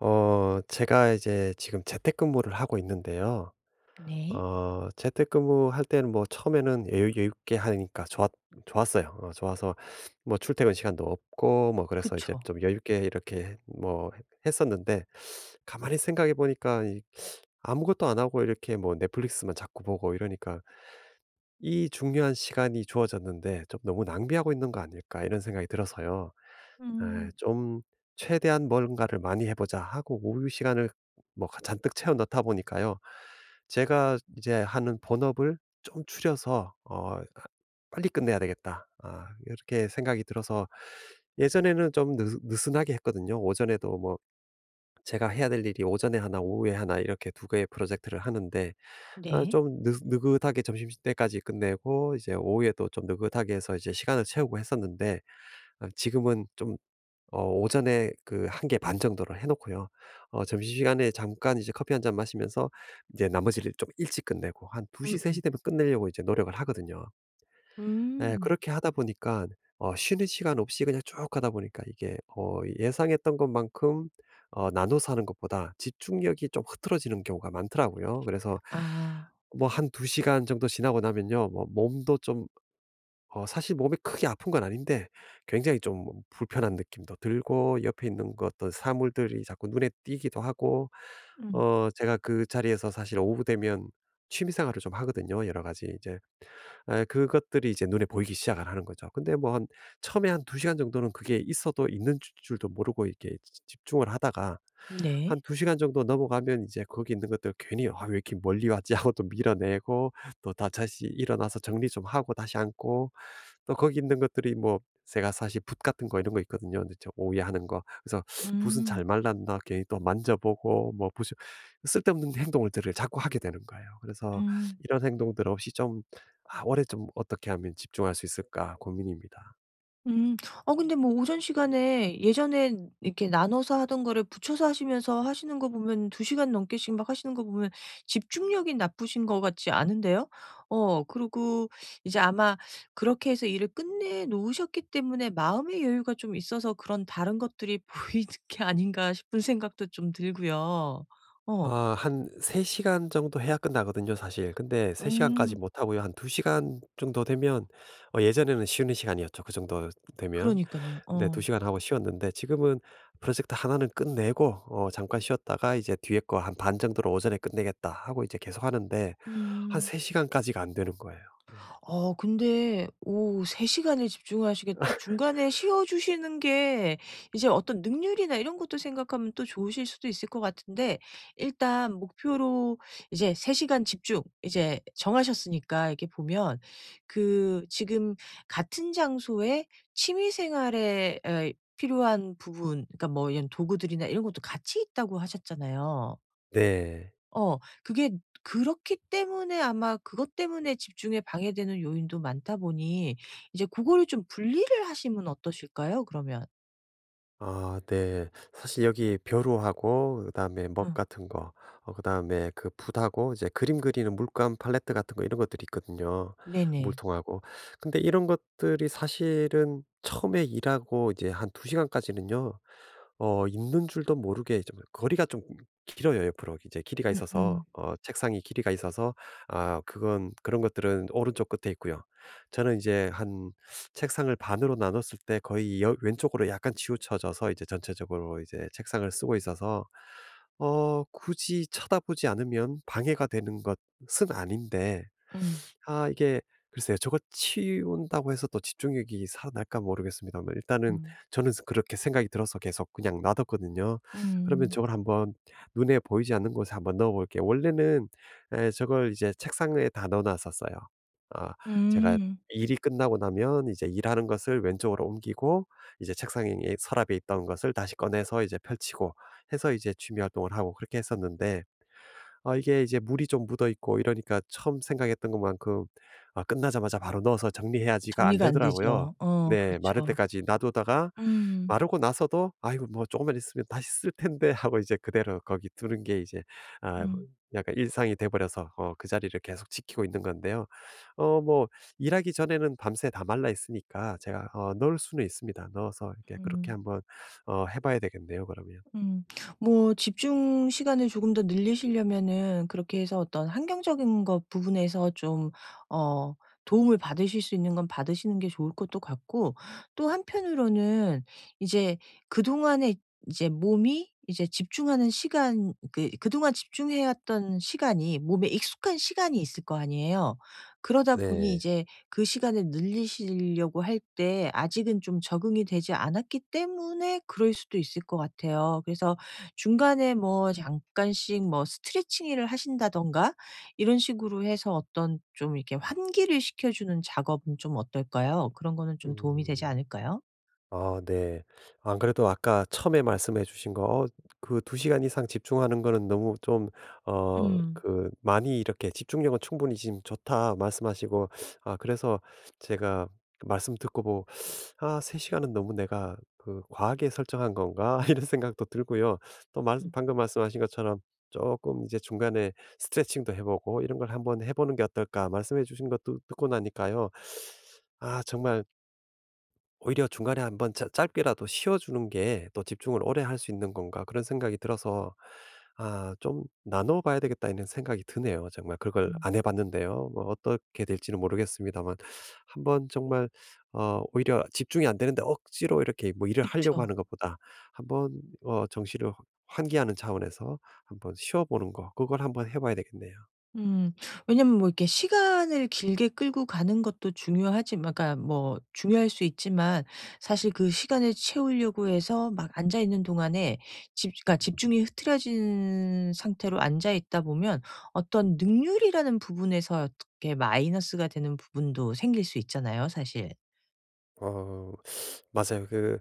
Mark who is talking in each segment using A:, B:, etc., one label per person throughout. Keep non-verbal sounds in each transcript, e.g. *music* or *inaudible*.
A: 제가 이제 지금 재택근무를 하고 있는데요.
B: 네.
A: 재택근무할 때는 뭐 처음에는 여유 있게 하니까 좋았어요. 좋아서 뭐 출퇴근 시간도 없고 뭐 그래서 이제
B: 그쵸.
A: 좀 여유 있게 이렇게 뭐 했었는데, 가만히 생각해 보니까 이 아무것도 안 하고 이렇게 뭐 넷플릭스만 자꾸 보고 이러니까 '이 중요한 시간이 주어졌는데 좀 너무 낭비하고 있는 거 아닐까?' 이런 생각이 들어서요. 예,
B: 음.
A: 좀 '최대한 뭔가를 많이 해 보자.' 하고 오후 시간을 뭐 잔뜩 채워 넣다 보니까요. 제가 이제 하는 본업을 좀 줄여서 '빨리 끝내야 되겠다.' 이렇게 생각이 들어서 예전에는 좀 느스 느슨하게 했거든요. 오전에도 뭐 제가 해야 될 일이 오전에 하나 오후에 하나 이렇게 두 개의 프로젝트를 하는데,
B: 네.
A: 좀 느 느긋하게 점심때까지 끝내고 이제 오후에도 좀 느긋하게 해서 이제 시간을 채우고 했었는데, 지금은 좀 오전에 그 한 개 반 정도를 해 놓고요. 점심시간에 잠깐 이제 커피 한 잔 마시면서 이제 나머지를 좀 일찍 끝내고 한2시세3
B: 음음.
A: 되면 끝내려고 이제 노력을 하거든요. 예,
B: 음.
A: 그렇게 하다 보니까 쉬는 시간 없이 그냥 쭉 가다 보니까 이게 예상했던 것만큼 나눠서 하는 것보다 집중력이 좀 흐트러지는 경우가 많더라고요. 그래서
B: 아.
A: 뭐 한 2 시간 정도 지나고 나면요, 뭐 몸도 좀, 사실 몸이 크게 아픈 건 아닌데 굉장히 좀 불편한 느낌도 들고 옆에 있는 것 어떤 사물들이 자꾸 눈에 띄기도 하고.
B: 음.
A: 제가 그 자리에서 사실 오후 되면 취미 생활을 좀 하거든요, 여러 가지 이제. 그것들이 이제 눈에 보이기 시작을 하는 거죠. 근데 뭐 한 처음에 한 두 시간 정도는 그게 있어도 있는 줄 줄도 모르고 이렇게 지 집중을 하다가, 한
B: 네.
A: 두 시간 정도 넘어가면 이제 거기 있는 것들 괜히 '아 왜 이렇게 멀리 왔지?' 하고 또 밀어내고, 또 다 다시 일어나서 정리 좀 하고 다시 앉고, 또 거기 있는 것들이, 뭐 제가 사실 붓 같은 거 이런 거 있거든요. 근데 저 오해 하는 거. 그래서 붓은
B: 음.
A: 잘 말랐나 괜히 또 만져보고 뭐 붓이 쓸데없는 *laughs* 행동들을 자꾸 하게 되는 거예요. 그래서
B: 음.
A: 이런 행동들 없이 좀 '아 올해 좀 어떻게 하면 집중할 수 있을까.' 고민입니다.
B: 음. 어 근데 뭐 오전 시간에 예전에 이렇게 나눠서 하던 거를 붙여서 하시면서 하시는 거 보면 두 시간 넘게씩 막 하시는 거 보면 집중력이 나쁘신 것 같지 않은데요? 어 그리고 이제 아마 그렇게 해서 일을 끝내 놓으셨기 때문에 마음의 여유가 좀 있어서 그런 다른 것들이 *laughs* 보이는 게 아닌가 싶은 생각도 좀 들고요. 어.
A: 아, 한 3 시간 정도 해야 끝나거든요 사실. 근데 3 시간까지
B: 음.
A: 못 하고요. 한 2 시간 정도 되면, 예전에는 쉬는 시간이었죠 그 정도 되면.
B: 그러니깐요.
A: 네, 2
B: 어.
A: 시간 하고 쉬었는데 지금은 프로젝트 하나는 끝내고 잠깐 쉬었다가 이제 뒤에 거 한 반 정도를 오전에 끝내겠다 하고 이제 계속하는데 한
B: 음.
A: 3 시간까지가 안 되는 거예요. 네.
B: 어 근데 오 3 시간을 집중하시겠다. 중간에 쉬어 주시는 게 이제 어떤 능률이나 이런 것도 생각하면 또 좋으실 수도 있을 것 같은데 일단 목표로 이제 3 시간 집중 이제 정하셨으니까 이게 보면 그 지금 같은 장소에 취미 생활에 에 필요한 부분, 그러니까 뭐 이런 도구들이나 이런 것도 같이 있다고 하셨잖아요.
A: 네.
B: 어. 그게 그렇기 때문에 아마 그것 때문에 집중에 방해되는 요인도 많다 보니 이제 그거를 좀 분리를 하시면 어떠실까요 그러면?
A: 아 네. 사실 여기 벼루하고 그다음에 먹
B: 어.
A: 같은 거, 그다음에 그 붓하고 이제 그림 그리는 물감 팔레트 같은 거 이런 것들이 있거든요,
B: 네네.
A: 물통하고. 근데 이런 것들이 사실은 처음에 일하고 이제 한 2 시간까지는요, 있는 줄도 모르게 좀 거리가 좀 길어요 옆으로. 이제 길이가 있어서,
B: 음음.
A: 책상이 길이가 있어서. 아 그건 그런 것들은 오른쪽 끝에 있고요. 저는 이제 한 책상을 반으로 나눴을 때 거의 여 왼쪽으로 약간 치우쳐져서 이제 전체적으로 이제 책상을 쓰고 있어서 굳이 쳐다보지 않으면 방해가 되는 것은 아닌데,
B: 음.
A: 아 이게 글쎄요. 저거 치운다고 해서 또 집중력이 살아날까 모르겠습니다만 일단은
B: 음.
A: 저는 그렇게 생각이 들어서 계속 그냥 놔뒀거든요.
B: 음.
A: 그러면
B: 음.
A: 저걸 한번 눈에 보이지 않는 곳에 한번 넣어 볼게요. 원래는, 저걸 이제 책상에 다 넣어 놨었어요. 아 제가
B: 음.
A: 일이 끝나고 나면 이제 일하는 것을 왼쪽으로 옮기고, 이제 책상에 서랍에 있던 것을 다시 꺼내서 이제 펼치고 해서 이제 취미 활동을 하고 그렇게 했었는데, 아 이게 이제 물이 좀 묻어 있고 이러니까 처음 생각했던 것만큼 아 끝나자마자 바로 넣어서 정리해야지가 안
B: 정리가 안
A: 되더라고요.
B: 되죠. 어
A: 네. 마를
B: 그렇죠.
A: 때까지 놔두다가
B: 음.
A: 마르고 나서도 '아이고 뭐 조금만 있으면 다시 쓸 텐데.' *laughs* 하고 이제 그대로 거기 두는 게 이제 아
B: 음.
A: 약간 일상이 돼 버려서 그 자리를 계속 지키고 있는 건데요. 어 뭐 일하기 전에는 밤새 다 말라 있으니까 제가 넣을 수는 있습니다. 넣어서 이렇게 그렇게
B: 음.
A: 한번 해 봐야 되겠네요 그러면.
B: 음. 뭐 집중 시간을 조금 더 늘리시려면은 그렇게 해서 어떤 환경적인 것 부분에서 좀 어 도움을 받으실 수 있는 건 받으시는 게 좋을 것도 같고 또 한편으로는 이제 그동안에 이제 몸이 이제 집중하는 시간, 그동안 집중해 왔던 시간이 몸에 익숙한 시간이 있을 거 아니에요. 그러다 보니
A: 네.
B: 이제 그 시간을 늘리시려고 할 때 아직은 좀 적응이 되지 않았기 때문에 그럴 수도 있을 것 같아요. 그래서 중간에 뭐 잠깐씩 뭐 스트레칭을 하신다던가 이런 식으로 해서 어떤 좀 이렇게 환기를 시켜주는 작업은 좀 어떨까요? 그런 거는 좀 도움이 되지
A: 음.
B: 않을까요?
A: 아 네. 안 그래도 아까 처음에 말씀해 주신 거, 그 2 시간 이상 집중하는 거는 너무 좀,
B: 음.
A: 그 많이 이렇게 "집중력은 충분히 지금 좋다." 말씀하시고, 그래서 제가 말씀 듣고 보고 '아 3 시간은 너무 내가 그 과하게 설정한 건가?' *laughs* 이런 생각도 들고요. 또 말
B: 음.
A: 방금 말씀하신 것처럼 조금 이제 중간에 스트레칭도 해 보고 '이런 걸 한번 해 보는 게 어떨까?' 말씀해 주신 것도 듣고 나니까요, 아 정말 오히려 중간에 한번 짜 짧게라도 쉬어 주는 게 또 '집중을 오래 할 수 있는 건가.' 그런 생각이 들어서 '아 좀 나눠 봐야 되겠다.' 이런 생각이 드네요. 정말 그걸
B: 음.
A: 안 해 봤는데요. 뭐 어떻게 될지는 모르겠습니다만 한번 정말, 오히려 집중이 안 되는데 억지로 이렇게 뭐 일을
B: 그쵸.
A: 하려고 하는 것보다 한번, 정신을 환기하는 차원에서 한번 쉬어 보는 거, 그걸 한번 해 봐야 되겠네요.
B: 음. 왜냐면 뭐 이렇게 시간을 길게 끌고 가는 것도 중요하지만, 그러니까 뭐 중요할 수 있지만 사실 그 시간을 채우려고 해서 막 앉아 있는 동안에 집 그러니까 집중이 흐트러진 상태로 앉아 있다 보면 어떤 능률이라는 부분에서 어떻게 마이너스가 되는 부분도 생길 수 있잖아요, 사실.
A: 어 맞아요. 그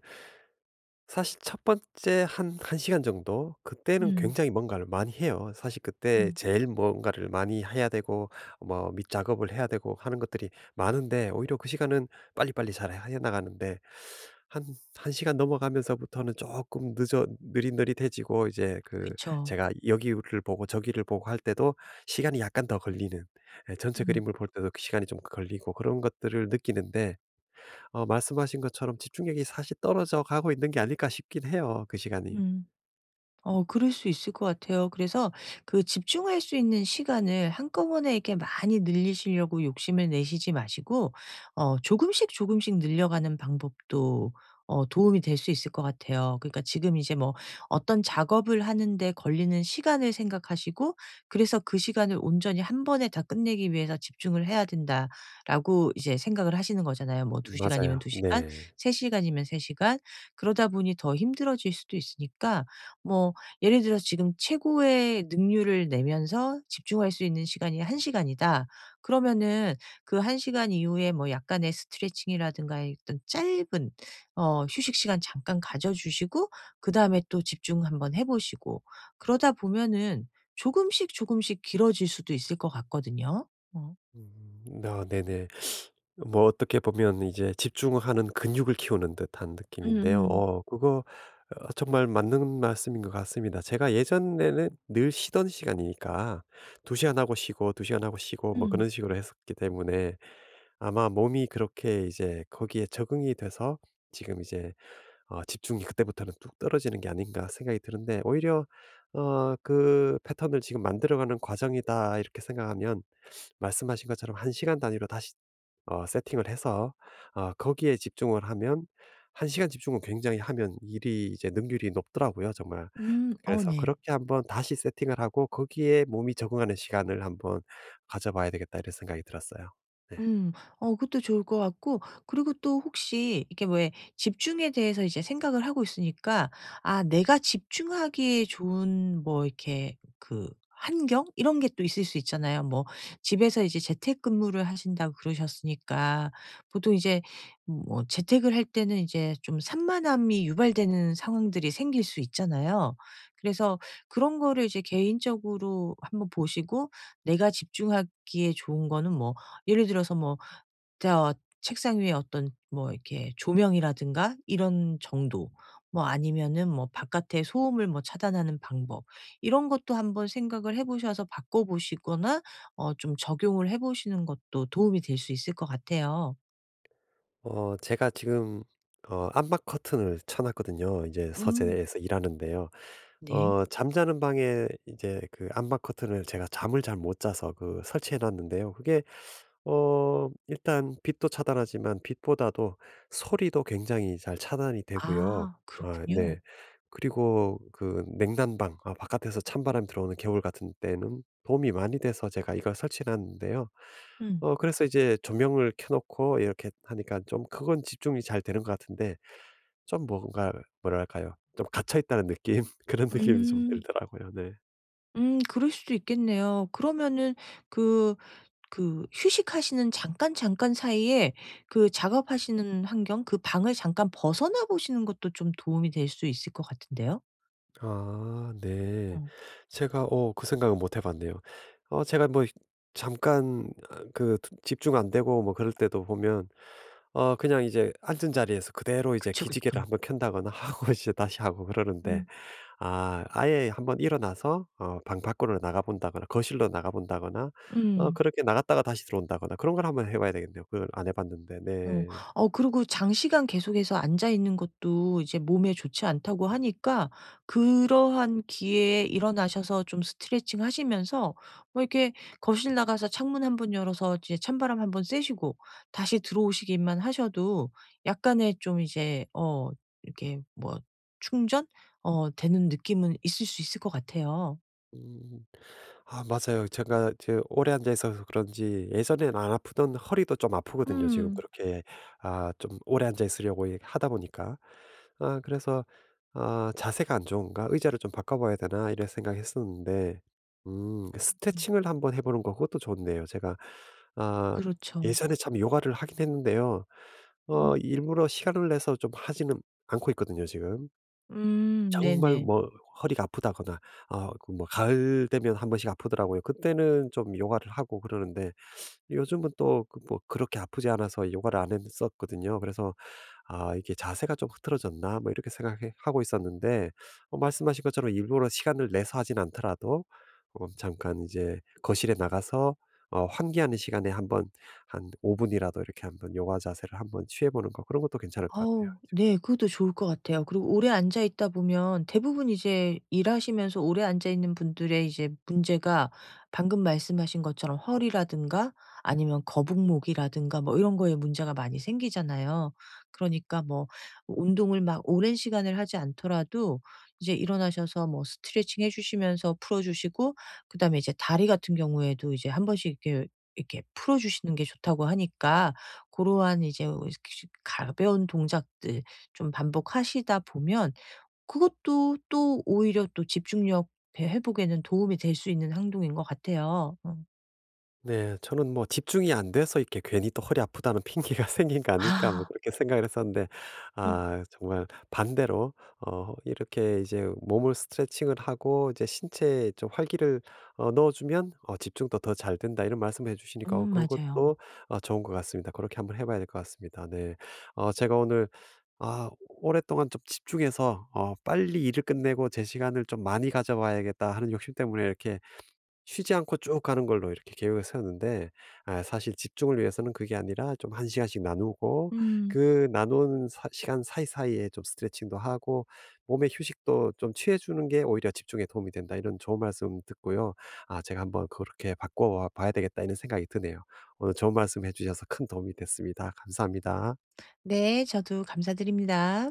A: 사실 첫 번째 한 한 시간 정도 그때는
B: 음.
A: 굉장히 뭔가를 많이 해요. 사실 그때
B: 음.
A: 제일 뭔가를 많이 해야 되고 뭐 밑작업을 해야 되고 하는 것들이 많은데, 오히려 그 시간은 빨리빨리 잘 해 나가는데, 한 한 시간 넘어가면서부터는 조금 늦어 느릿느릿해지고 이제 그,
B: 그쵸.
A: 제가 여기를 보고 저기를 보고 할 때도 시간이 약간 더 걸리는, 예 전체
B: 음.
A: 그림을 볼 때도 그 시간이 좀 걸리고 그런 것들을 느끼는데, 말씀하신 것처럼 집중력이 사실 떨어져 가고 있는 게 아닐까 싶긴 해요, 그 시간이.
B: 음. 어 그럴 수 있을 것 같아요. 그래서 그 집중할 수 있는 시간을 한꺼번에 이렇게 많이 늘리시려고 욕심을 내시지 마시고 어 조금씩 조금씩 늘려가는 방법도 어 도움이 될 수 있을 것 같아요. 그러니까 지금 이제 뭐 어떤 작업을 하는데 걸리는 시간을 생각하시고, 그래서 그 시간을 온전히 한 번에 다 끝내기 위해서 집중을 해야 된다라고 이제 생각을 하시는 거잖아요. 뭐 두 시간이면
A: 맞아요.
B: 두 시간,
A: 네.
B: 세 시간이면 세 시간. 그러다 보니 더 힘들어질 수도 있으니까 뭐 예를 들어서 지금 최고의 능률을 내면서 집중할 수 있는 시간이 1 시간이다. 그러면은 그 1 시간 이후에 뭐 약간의 스트레칭이라든가 어떤 짧은 어 휴식 시간 잠깐 가져 주시고, 그다음에 또 집중 한번 해 보시고 그러다 보면은 조금씩 조금씩 길어질 수도 있을 것 같거든요. 어.
A: 음 어, 네네. 뭐 어떻게 보면 이제 집중하는 근육을 키우는 듯한 느낌인데요.
B: 음음.
A: 어 그거, 정말 맞는 말씀인 것 같습니다. 제가 예전에는 늘 쉬던 시간이니까 2 시간 하고 쉬고 2 시간 하고 쉬고 뭐
B: 음.
A: 그런 식으로 했었기 때문에 아마 몸이 그렇게 이제 거기에 적응이 돼서 지금 이제 집중이 그때부터는 뚝 떨어지는 게 아닌가 생각이 드는데, 오히려 그 '패턴을 지금 만들어가는 과정이다.' 이렇게 생각하면 말씀하신 것처럼 한 시간 단위로 다시 세팅을 해서 거기에 집중을 하면, 한 시간 집중을 굉장히 하면 일이 이제 능률이 높더라고요 정말.
B: 음. 어
A: 그래서
B: 네.
A: 그렇게 한번 다시 세팅을 하고 거기에 몸이 적응하는 시간을 한번 가져봐야 되겠다 이런 생각이 들었어요.
B: 음. 어 그것도 좋을 것 같고 그리고 또 혹시 이게, 왜 집중에 대해서 이제 생각을 하고 있으니까 아 내가 집중하기에 좋은 뭐 이렇게 그 환경 이런 게 또 있을 수 있잖아요. 뭐 집에서 이제 재택근무를 하신다고 그러셨으니까 보통 이제 뭐 재택을 할 때는 이제 좀 산만함이 유발되는 상황들이 생길 수 있잖아요. 그래서 그런 거를 이제 개인적으로 한번 보시고 내가 집중하기에 좋은 거는 뭐 예를 들어서 뭐 자, 어, 책상 위에 어떤 뭐 이렇게 조명이라든가 이런 정도, 뭐 아니면은 뭐 바깥의 소음을 뭐 차단하는 방법 이런 것도 한번 생각을 해 보셔서 바꿔 보시거나 어 좀 적용을 해 보시는 것도 도움이 될 수 있을 것 같아요.
A: 제가 지금 암막 커튼을 쳐 놨거든요, 이제
B: 음.
A: 서재에서 일하는데요.
B: 네.
A: 잠자는 방에 이제 그 암막 커튼을 제가 잠을 잘 못 자서 그 설치해 놨는데요. 그게 일단 빛도 차단하지만 빛보다도 소리도 굉장히 잘 차단이 되고요.
B: 아
A: 아
B: 그렇군요.
A: 네. 그리고 그 냉난방, 아 바깥에서 찬바람이 들어오는 겨울 같은 때는 도움이 많이 돼서 제가 이걸 설치해 놨는데요.
B: 음.
A: 그래서 이제 조명을 켜 놓고 이렇게 하니까 좀 그건 집중이 잘 되는 것 같은데, 좀 뭔가 뭐랄까요? 좀 갇혀 있다는 느낌? *laughs* 그런 느낌이 좀
B: 음.
A: 들더라고요. 네.
B: 그럴 수도 있겠네요. 그러면은 그 그 휴식하시는 잠깐 잠깐 사이에 그 작업하시는 환경, 그 방을 잠깐 벗어나 보시는 것도 좀 도움이 될 수 있을 것 같은데요.
A: 아 네.
B: 어.
A: 제가 그 생각은 못 해 봤네요. 제가 뭐 잠깐, 아 그 집중 안 되고 뭐 그럴 때도 보면 그냥 이제 앉은 자리에서 그대로 이제
B: 그쵸,
A: 기지개를
B: 그쵸.
A: 한번 켠다거나 *laughs* 하고 이제 다시 하고 그러는데,
B: 음.
A: 아 아예 한번 일어나서 방 밖으로 나가본다거나 거실로 나가본다거나
B: 음.
A: 그렇게 나갔다가 다시 들어온다거나 그런 걸 한번 해 봐야 되겠네요. 그걸 안 해 봤는데.
B: 어.
A: 네.
B: 어 그리고 장시간 계속해서 앉아 있는 것도 이제 몸에 좋지 않다고 하니까 그러한 기회에 일어나셔서 좀 스트레칭 하시면서 뭐 이렇게 거실 나가서 창문 한번 열어서 이제 찬바람 한번 쐬시고 다시 들어오시기만 하셔도 약간의 좀 이제 어 이렇게 뭐 충전 어 되는 느낌은 있을 수 있을 것 같아요.
A: 음. 아 맞아요. 제가 이제 오래 앉아 있어서 그런지 예전엔 안 아프던 허리도 좀 아프거든요. 지금
B: 음.
A: 그렇게, 아 좀 오래 앉아 있으려고 이 하다 보니까, 아 그래서 '아 자세가 안 좋은가? 의자를 좀 바꿔 봐야 되나?' 이런 생각했었는데,
B: 네.
A: 스트레칭을 한번 해 보는 거 그것도 좋네요. 제가 아
B: 그렇죠.
A: 예전에 참 요가를 하긴 했는데요.
B: 음.
A: 일부러 시간을 내서 좀 하지는 않고 있거든요 지금. 정말
B: 네네.
A: 뭐 허리가 아프다거나, 아 그뭐 가을 되면 한 번씩 아프더라고요. 그때는 좀 요가를 하고 그러는데 요즘은 또 그 뭐 그렇게 아프지 않아서 요가를 안 했었거든요. 그래서 '아 이게 자세가 좀 흐트러졌나?' 뭐 이렇게 생각 하고 있었는데, 말씀하신 것처럼 일부러 시간을 내서 하진 않더라도 잠깐 이제 거실에 나가서 환기하는 시간에 한번 한 5 분이라도 이렇게 한번 요가 자세를 한번 취해 보는 거 그런 것도 괜찮을 것 같아요.
B: 어우 네. 그것도 좋을 것 같아요. 그리고 오래 앉아 있다 보면 대부분 이제 일하시면서 오래 앉아 있는 분들의 이제 문제가 방금 말씀하신 것처럼 허리라든가 아니면 거북목이라든가 뭐 이런 거에 문제가 많이 생기잖아요. 그러니까 뭐 운동을 막 오랜 시간을 하지 않더라도 이제 일어나셔서 뭐 스트레칭 해 주시면서 풀어 주시고 그다음에 이제 다리 같은 경우에도 이제 한 번씩 이렇게 이렇게 풀어 주시는 게 좋다고 하니까 그러한 이제 가벼운 동작들 좀 반복하시다 보면 그것도 또 오히려 또 집중력 배 회복에는 도움이 될 수 있는 행동인 것 같아요. 어.
A: 네. 저는 뭐 '집중이 안 돼서 이렇게 괜히 또 허리 아프다는 핑계가 *laughs* 생긴 거 아닐까?' 뭐
B: 아.
A: 그렇게 생각을 했었는데
B: 어.
A: 아 정말 반대로 이렇게 이제 몸을 스트레칭을 하고 이제 신체에 좀 활기를 넣어 주면 '집중도 더 잘 된다.' 이런 말씀을 해 주시니까
B: 맞아요.
A: 그것도 좋은 것 같습니다. 그렇게 한번 해 봐야 될 것 같습니다. 네. 제가 오늘 아 오랫동안 좀 집중해서 '빨리 일을 끝내고 제 시간을 좀 많이 가져 봐야겠다.' 하는 욕심 때문에 이렇게 쉬지 않고 쭉 가는 걸로 이렇게 계획을 세웠는데, 아 사실 집중을 위해서는 그게 아니라 좀 한 시간씩 나누고
B: 음.
A: 그 나눈 사 시간 사이사이에 좀 스트레칭도 하고 몸의 휴식도 좀 취해 주는 게 오히려 집중에 도움이 된다. 이런 좋은 말씀 듣고요, 아 제가 한번 그렇게 바꿔 봐야 되겠다 이런 생각이 드네요. 오늘 좋은 말씀해 주셔서 큰 도움이 됐습니다. 감사합니다.
B: 네. 저도 감사드립니다.